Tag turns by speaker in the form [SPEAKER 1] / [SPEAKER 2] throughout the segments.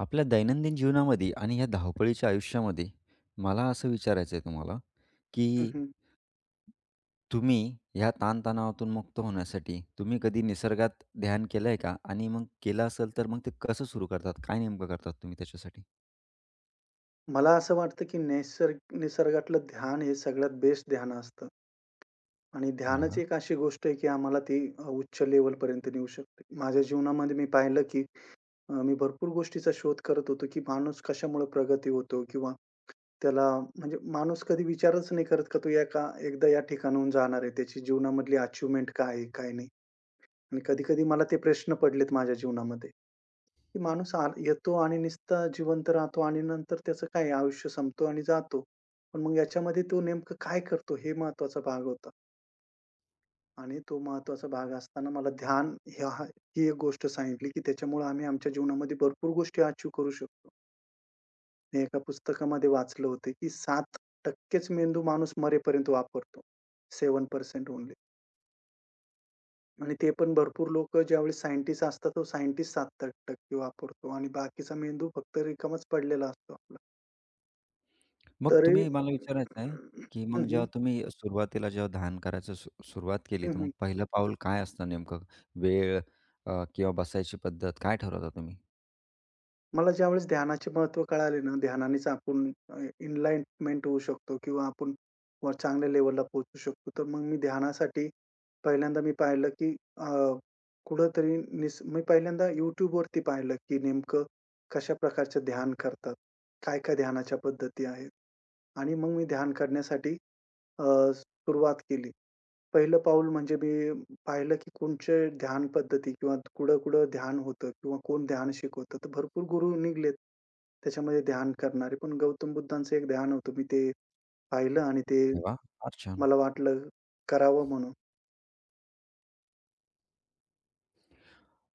[SPEAKER 1] आपल्या दैनंदिन जीवनामध्ये आणि ह्या धावपळीच्या आयुष्यामध्ये मला असं विचारायचं आहे तुम्हाला,
[SPEAKER 2] हं,
[SPEAKER 1] की
[SPEAKER 2] हं.
[SPEAKER 1] तुम्ही ह्या ताणतणावातून मुक्त होण्यासाठी तुम्ही कधी निसर्गात ध्यान केलंय का? आणि मग केलं असेल तर मग ते कसं सुरू करतात? काय नेमकं करतात तुम्ही त्याच्यासाठी?
[SPEAKER 2] मला असं वाटतं, की निसर्गातलं ध्यान हे सगळ्यात बेस्ट ध्यान असतं. आणि
[SPEAKER 1] अरे
[SPEAKER 2] ध्यानच
[SPEAKER 1] वाह!
[SPEAKER 2] एक अशी गोष्ट आहे, की आम्हाला ती उच्च लेव्हलपर्यंत नेऊ शकते. माझ्या जीवनामध्ये मी पाहिलं, की मी भरपूर गोष्टीचा शोध करत होतो, की माणूस कशामुळे प्रगती होतो किंवा त्याला म्हणजे माणूस कधी विचारच नाही करत, का तो एकदा या ठिकाणाहून जाणार आहे. त्याची जीवनामधली अचीव्हमेंट काय आहे, काय नाही? आणि कधी-कधी मला ते प्रश्न पडलेत माझ्या जीवनामध्ये. की माणूस येतो आणि नुसता जिवंत राहतो आणि नंतर त्याचं काय आयुष्य संपतो आणि जातो. पण मग याच्यामध्ये तो नेमकं काय करतो हे महत्त्वाचा भाग होता आणि तो महत्त्वाचा भाग असताना मला ध्यान ही एक गोष्ट सांगितली, की त्याच्यामुळे आम्ही आमच्या जीवनामध्ये भरपूर गोष्टी अचीव्ह करू शकतो. मी एका पुस्तकामध्ये वाचलं होतं, की 7% मेंदू माणूस मरेपर्यंत वापरतो. 7% ओन्ली. आणि ते पण भरपूर लोकं ज्यावेळेस सायंटिस्ट असतात, तो सायंटिस्ट 7% वापरतो आणि बाकीचा मेंदू फक्त रिकामाच पडलेला असतो.
[SPEAKER 1] मग
[SPEAKER 2] तरी
[SPEAKER 1] तुम्ही मला विचारायचं आहे, की
[SPEAKER 2] हं,
[SPEAKER 1] मग
[SPEAKER 2] हं.
[SPEAKER 1] जेव्हा तुम्ही सुरुवातीला जेव्हा ध्यान करायचं सुरुवात केली,
[SPEAKER 2] हं,
[SPEAKER 1] तर मग
[SPEAKER 2] हं.
[SPEAKER 1] पहिलं पाऊल काय असतं नेमकं? वेळ, किंवा बसायची पद्धत काय ठरवता तुम्ही?
[SPEAKER 2] मला ज्यावेळेस ध्यानाचे महत्त्व कळाले ना, ध्यानानेच आपण एनलाइटमेंट होऊ शकतो किंवा आपण वर चांगल्या लेव्हलला पोहोचू शकतो. तर मग मी ध्यानासाठी पहिल्यांदा मी पाहिलं, की कुठेतरी निस मी पहिल्यांदा YouTubeवरती पाहिलं, की नेमकं कशा प्रकारचं ध्यान करतात, काय-काय ध्यानाच्या पद्धती आहेत आणि मग मी ध्यान करण्यासाठी अ, सुरुवात केली. पहिलं पाऊल म्हणजे मी पाहिलं, की कोणच्या ध्यान पद्धती किंवा कुठं-कुठं ध्यान होतं किंवा कोण ध्यान शिकवतं. तर भरपूर गुरु निघालेत, त्याच्यामध्ये ध्यान करणारे. पण गौतम बुद्धांचं एक ध्यान होतं. मी ते पाहिलं आणि ते
[SPEAKER 1] अरे वाह! फार छान.
[SPEAKER 2] मला वाटलं करावं म्हणून.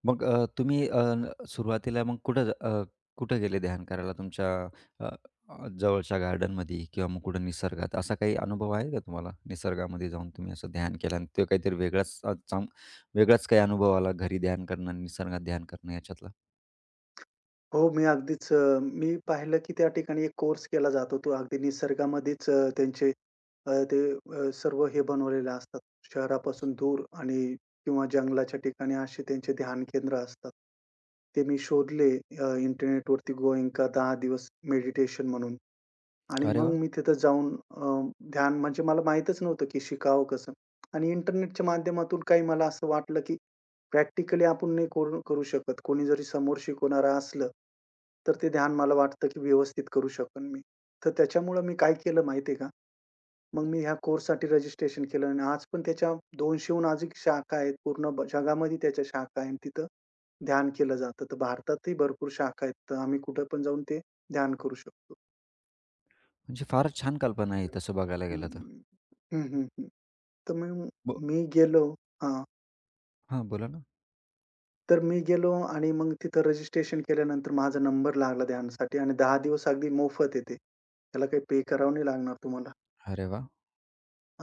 [SPEAKER 1] मग अ, तुम्ही अ, न सुरुवातीला मग कुठं गेले ध्यान करायला तुमच्या अ, अ, जवळच्या गार्डनमध्ये किंवा मग कुठं निसर्गात? असा काही अनुभव आहे का तुम्हाला? निसर्गामध्ये जाऊन तुम्ही असं ध्यान केलं आणि तो काहीतरी वेगळाच अ, चांग वेगळाच काही अनुभव आला घरी ध्यान करणं आणि निसर्गात ध्यान करणं याच्यातला?
[SPEAKER 2] हो, मी अगदीच मी पाहिलं की त्या ठिकाणी एक कोर्स केला जातो. तो अगदी निसर्गामध्येच त्यांचे ते सर्व हे बनवलेले असतात. शहरापासून दूर आणि किंवा जंगलाच्या ठिकाणी असे त्यांचे ध्यान केंद्र असतात. ते मी शोधले इंटरनेटवरती गोएंका 10 दिवस मेडिटेशन म्हणून. आणि
[SPEAKER 1] अरे
[SPEAKER 2] मग
[SPEAKER 1] वाह!
[SPEAKER 2] मी तिथं जाऊन ध्यान म्हणजे मला माहीतच नव्हतं की शिकावं कसं? आणि इंटरनेटच्या माध्यमातून काही मला असं वाटलं की प्रॅक्टिकली आपण नाही करू करू शकत. कोणी जरी समोर शिकवणारं असलं, तर ते ध्यान मला वाटतं की व्यवस्थित करू शकन मी. तर त्याच्यामुळं मी काय केलं माहिती का? मग मी ह्या कोर्ससाठी रजिस्ट्रेशन केलं आणि आज पण त्याच्या 200 अधिक शाखा आहेत. पूर्ण जगामध्ये त्याच्या शाखा आहे तिथं ध्यान केलं जातं. तर भारतातही भरपूर शाखा आहेत. तर आम्ही कुठे पण जाऊन ते ध्यान करू शकतो.
[SPEAKER 1] म्हणजे फारच छान कल्पना आहे तसं बघायला
[SPEAKER 2] हं,
[SPEAKER 1] गेलं तर.
[SPEAKER 2] हं. हं, हं, हं. तर मग
[SPEAKER 1] ब
[SPEAKER 2] मी गेलो हां.
[SPEAKER 1] हां, बोला ना.
[SPEAKER 2] मी गेलो आणि मग तिथं रजिस्ट्रेशन केल्यानंतर माझा नंबर लागला ध्यानसाठी आणि 10 दिवस अगदी मोफत आहे ते. त्याला काही पे करावं नाही लागणार तुम्हाला.
[SPEAKER 1] अरे वाह!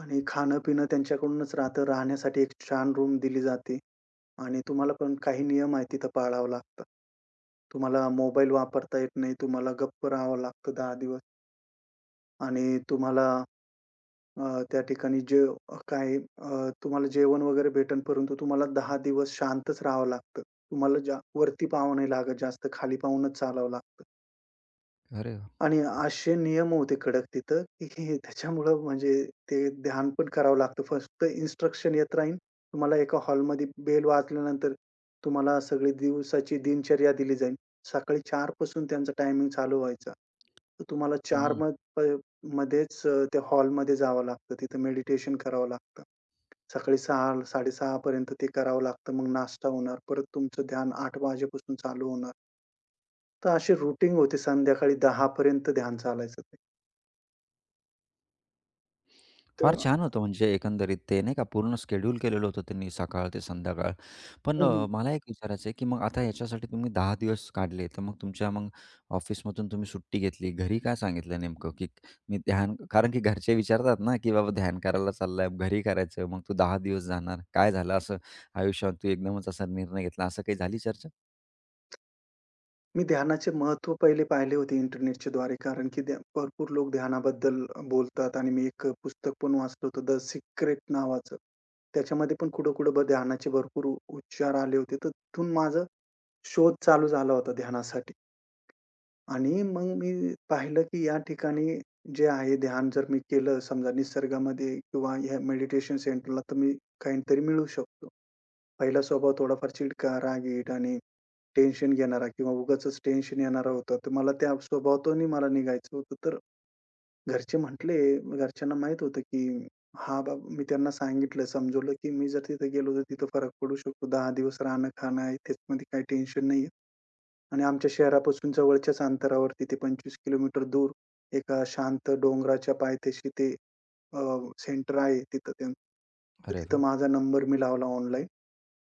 [SPEAKER 2] आणि खाणं-पिणं त्यांच्याकडूनच राहतं. राहण्यासाठी एक छान रूम दिली जाते आणि तुम्हाला पण काही नियम आहेत तिथं पाळावं लागतं. तुम्हाला मोबाईल वापरता येत नाही. तुम्हाला गप्प राहावं लागतं 10 दिवस. आणि तुम्हाला त्या ठिकाणी जे काय तुम्हाला जेवण वगैरे भेटेल, परंतु तुम्हाला 10 दिवस शांतच राहावं लागतं. तुम्हाला जा वरती पाहावं नाही लागत जास्त, खाली पाहूनच चालावं लागतं.
[SPEAKER 1] अरे वाह!
[SPEAKER 2] आणि असे नियम होते कडक तिथं, की हे त्याच्यामुळं म्हणजे ते ध्यान पण करावं लागतं. फक्त इन्स्ट्रक्शन येत राहील. तुम्हाला एका हॉलमध्ये बेल वाजल्यानंतर तुम्हाला सगळी दिवसाची दिनचर्या दिली जाईल. सकाळी 4 पासून त्यांचा टायमिंग चालू व्हायचा. तर तुम्हाला 4 म प मध्येच त्या हॉलमध्ये जावं लागतं. तिथं मेडिटेशन करावं लागतं. सकाळी 6 6:30 पर्यंत ते करावं लागतं. मग नाश्ता होणार. परत तुमचं ध्यान 8 वाजेपासून चालू होणार. तर अशी रूटीन होती, संध्याकाळी 10 पर्यंत ध्यान चालायचं ते.
[SPEAKER 1] फार
[SPEAKER 2] तर
[SPEAKER 1] छान होतं, म्हणजे एकंदरीत ते नाही का पूर्ण शेड्यूल केलेलं होतं त्यांनी सकाळ ते संध्याकाळ. पण
[SPEAKER 2] हं, हं.
[SPEAKER 1] मला एक विचारायचं आहे, की मग आता याच्यासाठी तुम्ही 10 दिवस काढले, तर मग तुमच्या मग ऑफिसमधून तुम्ही सुट्टी घेतली. घरी काय सांगितलं नेमकं, की मी ध्यान, कारण की घरचे विचारतात ना, की "बाबा ध्यान करायला चाललाय, घरी करायचं, मग तू 10 दिवस जाणार. काय झालं असं आयुष्यात तू एकदमच असा निर्णय घेतला?" असं काही झाली चर्चा?
[SPEAKER 2] मी ध्यानाचे महत्व पहिले पाहिले होते इंटरनेटच्या द्वारे, कारण की भरपूर लोक ध्यानाबद्दल बोलतात आणि मी एक पुस्तक पण वाचलं होतं द सिक्रेट नावाचं. त्याच्यामध्ये पण कुठं-कुठं ध्यानाचे भरपूर उच्चार आले होते. तर तिथून माझा शोध चालू झाला होता ध्यानासाठी आणि मग मी पाहिलं की या ठिकाणी जे आहे ध्यान जर मी केलं समजा निसर्गामध्ये किंवा ह्या मेडिटेशन सेंटरला तर मी काहीतरी मिळू शकतो. पहिला स्वभाव थोडाफार चिडका, रागीट आणि टेन्शन घेणारा किंवा उगाचच टेन्शन येणारा होता. तर मला त्या स्वभावातूनही मला निघायचं होतं. तर घरचे म्हटले, घरच्यांना माहीत होतं, की हा बाब मी त्यांना सांगितलं, समजवलं, की मी जर तिथे गेलो तर तिथं फरक पडू शकतो. 10 दिवस राहणं-खाणं आहे, त्याच्यामध्ये काही टेन्शन नाहीये. आणि आमच्या शहरापासून जवळच्याच अंतरावर तिथे 25 किलोमीटर दूर एका शांत डोंगराच्या पायथ्याशी ते सेंटर आहे तिथं तर
[SPEAKER 1] अरे
[SPEAKER 2] तिथं
[SPEAKER 1] वाह!
[SPEAKER 2] माझा नंबर मी लावला ऑनलाईन.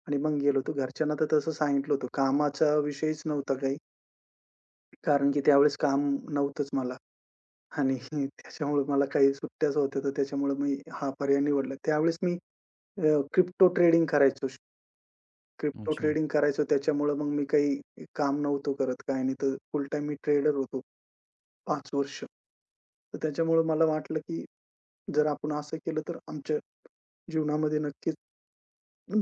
[SPEAKER 2] आणि मग गेलो होतो. घरच्यांना तर तसं सांगितलं होतं. कामाचा विषयच नव्हता काही. कारण की त्यावेळेस काम नव्हतंच मला आणि त्याच्यामुळे मला काही सुट्ट्याच होत्या, तर त्याच्यामुळे मी हा पर्याय निवडला. त्यावेळेस मी क्रिप्टो ट्रेडिंग करायचो. क्रिप्टो
[SPEAKER 1] अच्छा.
[SPEAKER 2] ट्रेडिंग करायचो त्याच्यामुळे मग मी काही काम नव्हतो करत, काही नाही. तर फुल टाईम मी ट्रेडर होतो 5 वर्ष. तर त्याच्यामुळे मला वाटलं, की जर आपण असं केलं तर आमच्या जीवनामध्ये नक्कीच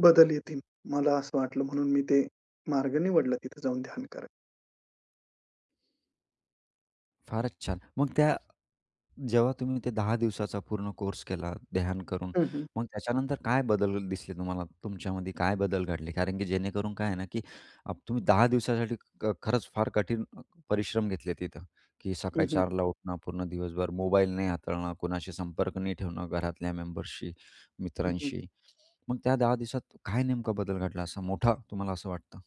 [SPEAKER 2] बदल येतील. मला असं वाटलं म्हणून मी ते मार्ग निवडला तिथे जाऊन ध्यान करायला.
[SPEAKER 1] फारच छान. मग त्या, जेव्हा तुम्ही ते 10 दिवसाचा पूर्ण कोर्स केला ध्यान करून, मग त्याच्यानंतर काय बदल दिसले तुम्हाला? तुमच्यामध्ये काय बदल घडले? कारण की जेणेकरून काय आहे ना, की तुम्ही 10 दिवसासाठी ख खरंच फार कठीण अ, परिश्रम घेतले तिथं, की
[SPEAKER 2] हं,
[SPEAKER 1] सकाळी
[SPEAKER 2] हं.
[SPEAKER 1] 4ला उठणं, पूर्ण दिवसभर मोबाईल नाही हाताळणं, कोणाशी संपर्क नाही ठेवणं, घरातल्या मेंबर्सशी,
[SPEAKER 2] हं, हं.
[SPEAKER 1] मित्रांशी. मग त्या 10 दिवसात काय नेमका बदल घडला असा मोठा, तुम्हाला असं वाटतं?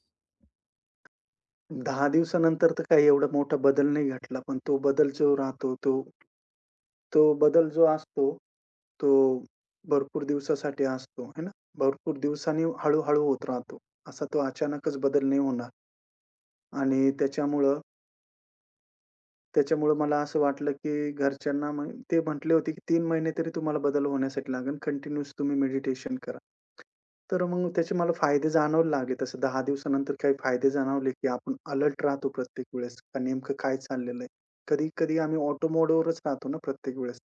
[SPEAKER 2] 10 दिवसानंतर तर काही एवढा मोठा बदल नाही घडला. पण तो बदल जो राहतो, तो तो बदल जो असतो, तो भरपूर दिवसासाठी असतो, है ना. भरपूर दिवसांनी हळू-हळू होत राहतो. असा तो अचानकच बदल नाही होणार आणि त्याच्यामुळं त्याच्यामुळं मला असं वाटलं, की घरच्यांना मग ते म्हटले होते, की 3 महिने तरी तुम्हाला बदल होण्यासाठी लागेल. कंटिन्यूअस तुम्ही मेडिटेशन करा. तर मग त्याचे मला फायदे जाणवायला लागले. तसं 10 दिवसानंतर काही फायदे जाणवले, की आपण अलर्ट राहतो प्रत्येक वेळेस, का नेमकं काय चाललेलं आहे. कधी-कधी आम्ही ऑटो मोडवरच राहतो ना प्रत्येक वेळेस.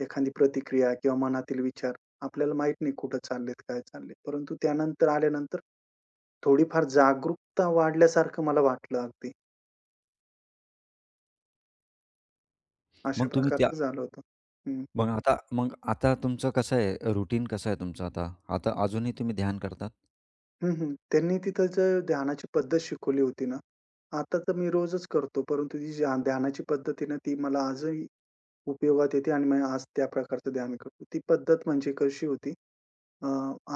[SPEAKER 2] एखादी प्रतिक्रिया किंवा मनातील विचार आपल्याला माहीत नाही कुठं चाललेत, काय चालले. परंतु त्यानंतर आल्यानंतर थोडीफार जागरूकता वाढल्यासारखं मला वाटलं अगदी. अशा
[SPEAKER 1] मग तुम्ही त्या
[SPEAKER 2] प्रकारचं झालं होतं.
[SPEAKER 1] मग आता, तुमचं कसं आहे, रुटीन कसं आहे तुमचं आता? आता अजूनही तुम्ही ध्यान करतात?
[SPEAKER 2] हं, हं. त्यांनी तिथं जर ध्यानाची पद्धत शिकवली होती ना, आता तर मी रोजच करतो. परंतु ती ज्या ध्यानाची पद्धत आहे ना, ती मला आजही उपयोगात येते आणि मी आज त्या प्रकारचं ध्यान करतो. ती पद्धत म्हणजे कशी होती, अ,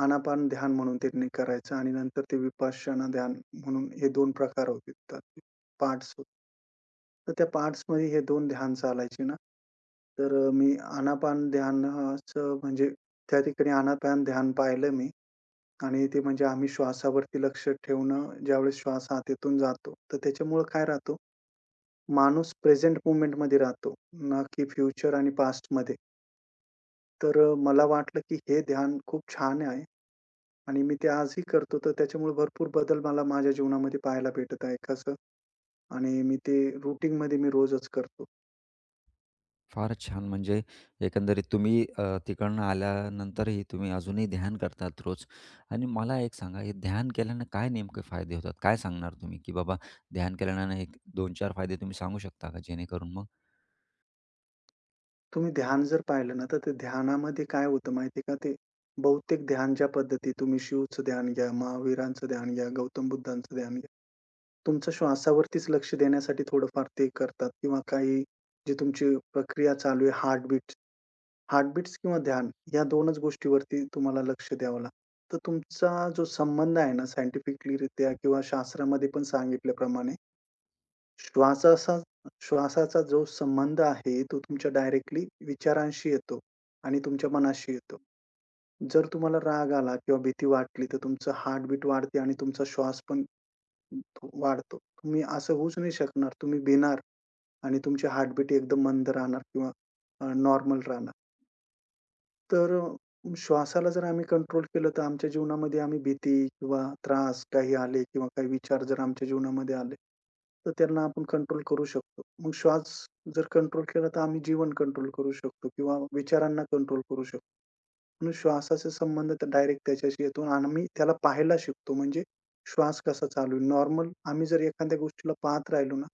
[SPEAKER 2] आनापान ध्यान म्हणून त्यांनी करायचं आणि नंतर ते विपश्यना ध्यान म्हणून हे 2 प्रकार होते त्यातले पार्ट्स होते. तर त्या पार्ट्समध्ये हे 2 ध्यान चालायचे ना, तर मी आनापान ध्यानाचं म्हणजे त्या ठिकाणी आनापान ध्यान पाहिलं मी आणि ते म्हणजे आम्ही श्वासावरती लक्ष ठेवणं, ज्यावेळेस श्वास हातातून जातो, तर त्याच्यामुळं काय राहतो, माणूस प्रेझेंट मोमेंटमध्ये राहतो, ना की फ्युचर आणि पास्टमध्ये. तर मला वाटलं, की हे ध्यान खूप छान आहे आणि मी ते आजही करतो. तर त्याच्यामुळे भरपूर बदल मला माझ्या जीवनामध्ये पाहायला भेटत आहे. कसं? आणि मी ते रूटीनमध्ये मी रोजच करतो.
[SPEAKER 1] फारच छान. म्हणजे एकंदरीत तुम्ही तिकडनं आल्यानंतरही तुम्ही अजूनही ध्यान करतात रोज. आणि मला एक सांगा, हे ध्यान केल्यानं काय नेमके फायदे होतात? काय सांगणार तुम्ही, की बाबा ध्यान केल्यानं एक 2-4 फायदे तुम्ही सांगू शकता का, जेणेकरून मग.
[SPEAKER 2] तुम्ही ध्यान जर पाहिलं ना, तर ते ध्यानामध्ये काय होतं माहिती आहे का? ते बहुतेक ध्यान ज्या पद्धती, तुम्ही शिवचं ध्यान घ्या, महावीरांचं ध्यान घ्या, गौतम बुद्धांचं ध्यान घ्या. तुमचं श्वासावरतीच लक्ष देण्यासाठी थोडंफार ते करतात किंवा काही जी तुमची प्रक्रिया चालू आहे हार्टबीट्स किंवा ध्यान या 2च गोष्टीवरती तुम्हाला लक्ष द्यावं लागतं. तर तुमचा जो संबंध आहे ना सायंटिफिकलीरित्या किंवा शास्त्रामध्ये पण सांगितल्याप्रमाणे, श्वासाचा श्वासाचा जो संबंध आहे, तो तुमच्या डायरेक्टली विचारांशी येतो आणि तुमच्या मनाशी येतो. जर तुम्हाला राग आला किंवा भीती वाटली, तर तुमचं हार्टबीट वाढते आणि तुमचा श्वास पण वाढतो. तुम्ही असं होऊच नाही शकणार. तुम्ही भिणार आणि तुमचे हार्टबीट एकदम मंद राहणार किंवा नॉर्मल राहणार. तर श्वासाला जर आम्ही कंट्रोल केलं, तर आमच्या जीवनामध्ये आम्ही भीती किंवा त्रास काही आले किंवा काही विचार जर आमच्या जीवनामध्ये आले, तर त्यांना आपण कंट्रोल करू शकतो. मग श्वास जर कंट्रोल केला, तर आम्ही जीवन कंट्रोल करू शकतो किंवा विचारांना कंट्रोल करू शकतो. म्हणून श्वासाचा संबंध तर डायरेक्ट त्याच्याशी येतो आणि आम्ही त्याला पाहायला शिकतो. म्हणजे श्वास कसा चालू आहे. नॉर्मल आम्ही जर एखाद्या गोष्टीला पाहत राहिलो ना,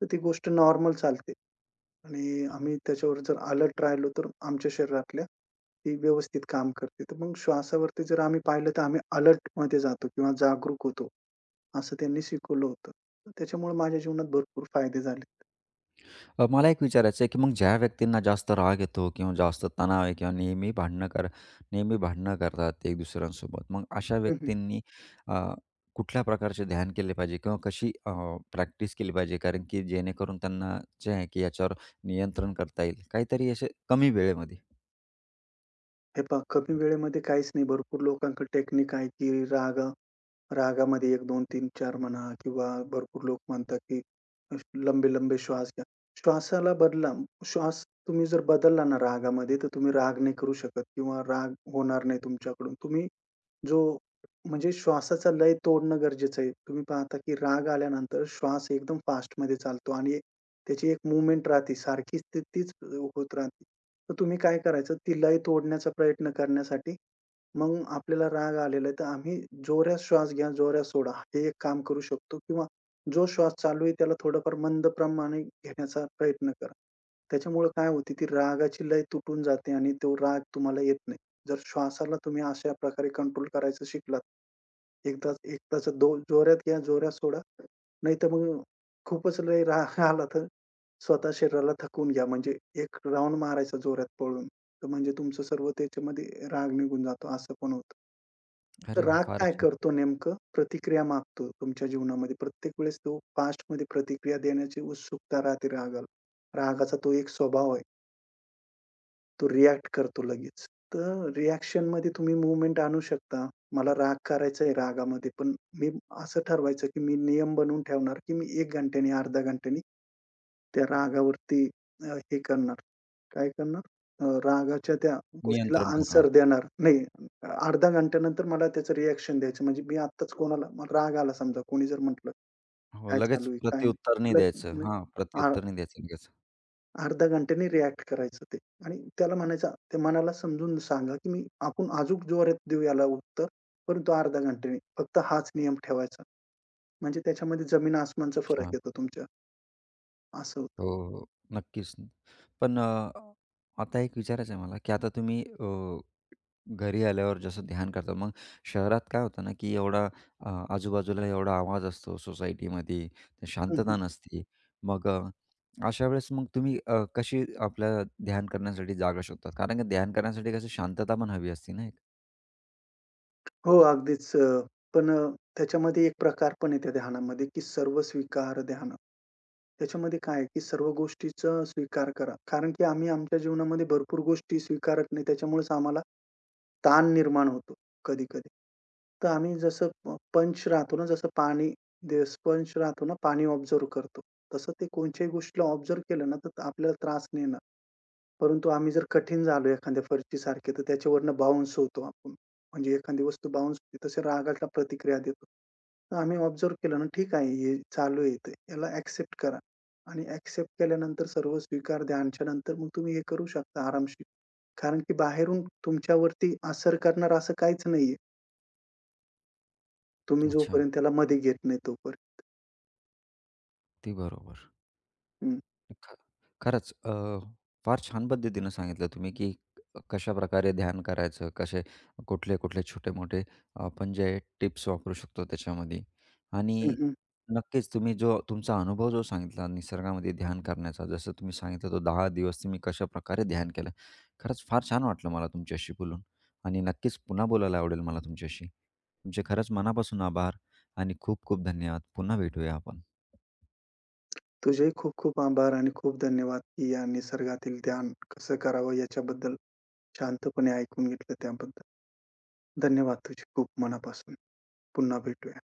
[SPEAKER 2] तर ती गोष्ट नॉर्मल चालते. आणि आम्ही त्याच्यावर जर अलर्ट राहिलो, तर आमच्या शरीरातल्या ती व्यवस्थित काम करते. तर मग श्वासावरती जर आम्ही पाहिलं, तर आम्ही अलर्टमध्ये जातो किंवा जागरूक होतो, असं त्यांनी शिकवलं होतं. तर त्याच्यामुळे माझ्या जीवनात भरपूर फायदे झालेत.
[SPEAKER 1] मला एक विचारायचं आहे, की मग ज्या व्यक्तींना जास्त राग येतो किंवा जास्त तणाव आहे किंवा नेहमी भांडणं करतात एक दुसऱ्यांसोबत. मग अशा व्यक्तींनी अ, कुठल्या प्रकारचे ध्यान केले पाहिजे किंवा कशी प्रॅक्टिस केली पाहिजे? कारण की जेणेकरून त्यांना जे आहे, की याच्यावर नियंत्रण करता येईल. काहीतरी असे कमी वेळेमध्ये.
[SPEAKER 2] हे पहा, कमी वेळेमध्ये काहीच नाही. भरपूर लोकांकडे टेक्निक आहे, की रागामध्ये 1, 2, 3, 4 म्हणा किंवा भरपूर लोक म्हणतात, की लंबे-लंबे श्वास घ्या. श्वासाला बदला. श्वास तुम्ही जर बदलला ना रागामध्ये, तर तुम्ही राग नाही करू शकत किंवा राग होणार नाही तुमच्याकडून. तुम्ही जो म्हणजे श्वासाचा लय तोडणं गरजेचं आहे. तुम्ही पाहता की राग आल्यानंतर श्वास एकदम फास्टमध्ये चालतो आणि त्याची एक मूव्हमेंट राहते. सारखीच तीच होत राहते. तर तुम्ही काय करायचं, ती लय तोडण्याचा प्रयत्न करण्यासाठी मग आपल्याला राग आलेला आहे, तर आम्ही जोरात श्वास घ्या, जोरात सोडा. हे एक काम करू शकतो किंवा जो श्वास चालू आहे त्याला थोडंफार मंद प्रमाणे घेण्याचा प्रयत्न करा. त्याच्यामुळे काय होते, ती रागाची लय तुटून जाते आणि तो राग तुम्हाला येत नाही. जर श्वासाला तुम्ही अशा प्रकारे कंट्रोल करायचं शिकलात, एकदाच एकदाच जोरात घ्या, जोरात सोडा. नाहीतर मग खूपच लय राग आला तर स्वतः शरीराला थकवून घ्या. म्हणजे एक राउंड मारायचा जोरात पळून. तर म्हणजे तुमचं सर्व त्याच्यामध्ये राग निघून जातो, असं पण होतं. तर
[SPEAKER 1] अरे वाह!
[SPEAKER 2] राग काय
[SPEAKER 1] फारच छान.
[SPEAKER 2] करतो नेमकं? प्रतिक्रिया मागतो तुमच्या जीवनामध्ये. प्रत्येक वेळेस तो पास्टमध्ये प्रतिक्रिया देण्याची उत्सुकता राहते रागाला. रागाचा तो एक स्वभाव आहे. तो रिएक्ट करतो लगेच. तर रिएक्शनमध्ये तुम्ही मूव्हमेंट आणू शकता. मला राग करायचा आहे रागामध्ये, पण मी असं ठरवायचं की मी नियम बनवून ठेवणार की मी 1 घंट्यानी, अर्ध्या घंट्यानी त्या रागावरती हे करणार, काय करणार? रागाच्या त्या गोष्टीला
[SPEAKER 1] नियंत्रण करणार.
[SPEAKER 2] आन्सर देणार. नाही, अर्धा घंट्यानंतर मला त्याचं रिएक्शन द्यायचं. म्हणजे मी आत्ताच कोणाला मला राग आला समजा कोणी जर म्हटलं,
[SPEAKER 1] हो,
[SPEAKER 2] "काय
[SPEAKER 1] लगेच
[SPEAKER 2] चालू आहे? काय
[SPEAKER 1] प्रत्युत्तर नाही
[SPEAKER 2] नाही?"
[SPEAKER 1] द्यायचं.
[SPEAKER 2] लग
[SPEAKER 1] हां, प्रत्युत्तर नाही द्यायचं लगेच.
[SPEAKER 2] अर्ध्या घंट्याने रिएक्ट करायचं ते आणि त्याला म्हणायचं त्या मनाला समजून सांगा, की मी आपण अचूक जोरात देऊ याला उत्तर, परंतु अर्ध्या घंट्याने. फक्त हाच नियम ठेवायचा. म्हणजे त्याच्यामध्ये जमीन-आसमानचा फरक येतो तुमच्या, असं होतं.
[SPEAKER 1] हो, हो. हो. नक्कीच. पण आता एक विचारायचं आहे मला, की आता तुम्ही घरी आल्यावर जसं ध्यान करता, मग शहरात काय होतं ना, की आजूबाजूला एवढा आवाज असतो सोसायटीमध्ये, ते
[SPEAKER 2] हं, हं.
[SPEAKER 1] शांतता नसते. मग अशा वेळेस मग तुम्ही कशी आपल्या ध्यान करण्यासाठी जागा शोधतात? कारण की ध्यान करण्यासाठी कसं शांतता पण हवी असते ना एक?
[SPEAKER 2] हो, अगदीच. पण त्याच्यामध्ये एक प्रकार पण आहे त्या ध्यानामध्ये, की सर्व स्वीकार ध्यान. त्याच्यामध्ये काय आहे, की सर्व गोष्टीचा स्वीकार करा. कारण की आम्ही आमच्या जीवनामध्ये भरपूर गोष्टी स्वीकारत नाही. त्याच्यामुळेच आम्हाला ताण निर्माण होतो कधी-कधी. तर आम्ही जसं पंच राहतो ना, जसं पाणी ते स्पंज राहतो ना, पाणी ऑब्झर्व्ह करतो. तसं ते कोणत्याही गोष्टीला ऑब्झर्व्ह केलं ना, तर आपल्याला त्रास नाही येणार. परंतु आम्ही जर कठीण झालो एखाद्या फरशीसारखे, तर त्याच्यावरनं बाउन्स होतो आपण. म्हणजे एखादी वस्तू बाउन्स होते तसे रागाला प्रतिक्रिया देतो. तर आम्ही ऑब्झर्व्ह केलं ना, ठीक आहे हे चालू आहे ते. याला एक्सेप्ट करा आणि एक्सेप्ट केल्यानंतर सर्व स्वीकार द्या आणि त्यानंतर मग तुम्ही हे करू शकता आरामशीर. कारण की बाहेरून तुमच्यावरती असर करणार असं काहीच नाहीये. तुम्ही
[SPEAKER 1] अच्छा.
[SPEAKER 2] जोपर्यंत त्याला मध्ये घेत नाही तोपर्यंत.
[SPEAKER 1] अगदी बरोबर. ख खरंच फार छान पद्धतीनं सांगितलं तुम्ही, की कशा प्रकारे ध्यान करायचं, कुठले-कुठले छोटे-मोठे आपण जे टिप्स वापरू शकतो त्याच्यामध्ये. आणि
[SPEAKER 2] हं.
[SPEAKER 1] नक्कीच तुम्ही जो तुमचा अनुभव जो सांगितला निसर्गामध्ये ध्यान करण्याचा, जसं तुम्ही सांगितलं तो 10 दिवस तुम्ही कशाप्रकारे ध्यान केलं. खरंच फार छान वाटलं मला तुमच्याशी बोलून, आणि नक्कीच पुन्हा बोलायला आवडेल मला तुमच्याशी. तुमचे खरंच मनापासून आभार आणि खूप खूप धन्यवाद. पुन्हा भेटूया आपण.
[SPEAKER 2] तुझेही खूप खूप आभार आणि खूप धन्यवाद, की या निसर्गातील ध्यान कसं करावं याच्याबद्दल शांतपणे ऐकून घेतलं त्याबद्दल. धन्यवाद तुझे खूप मनापासून. पुन्हा भेटूया.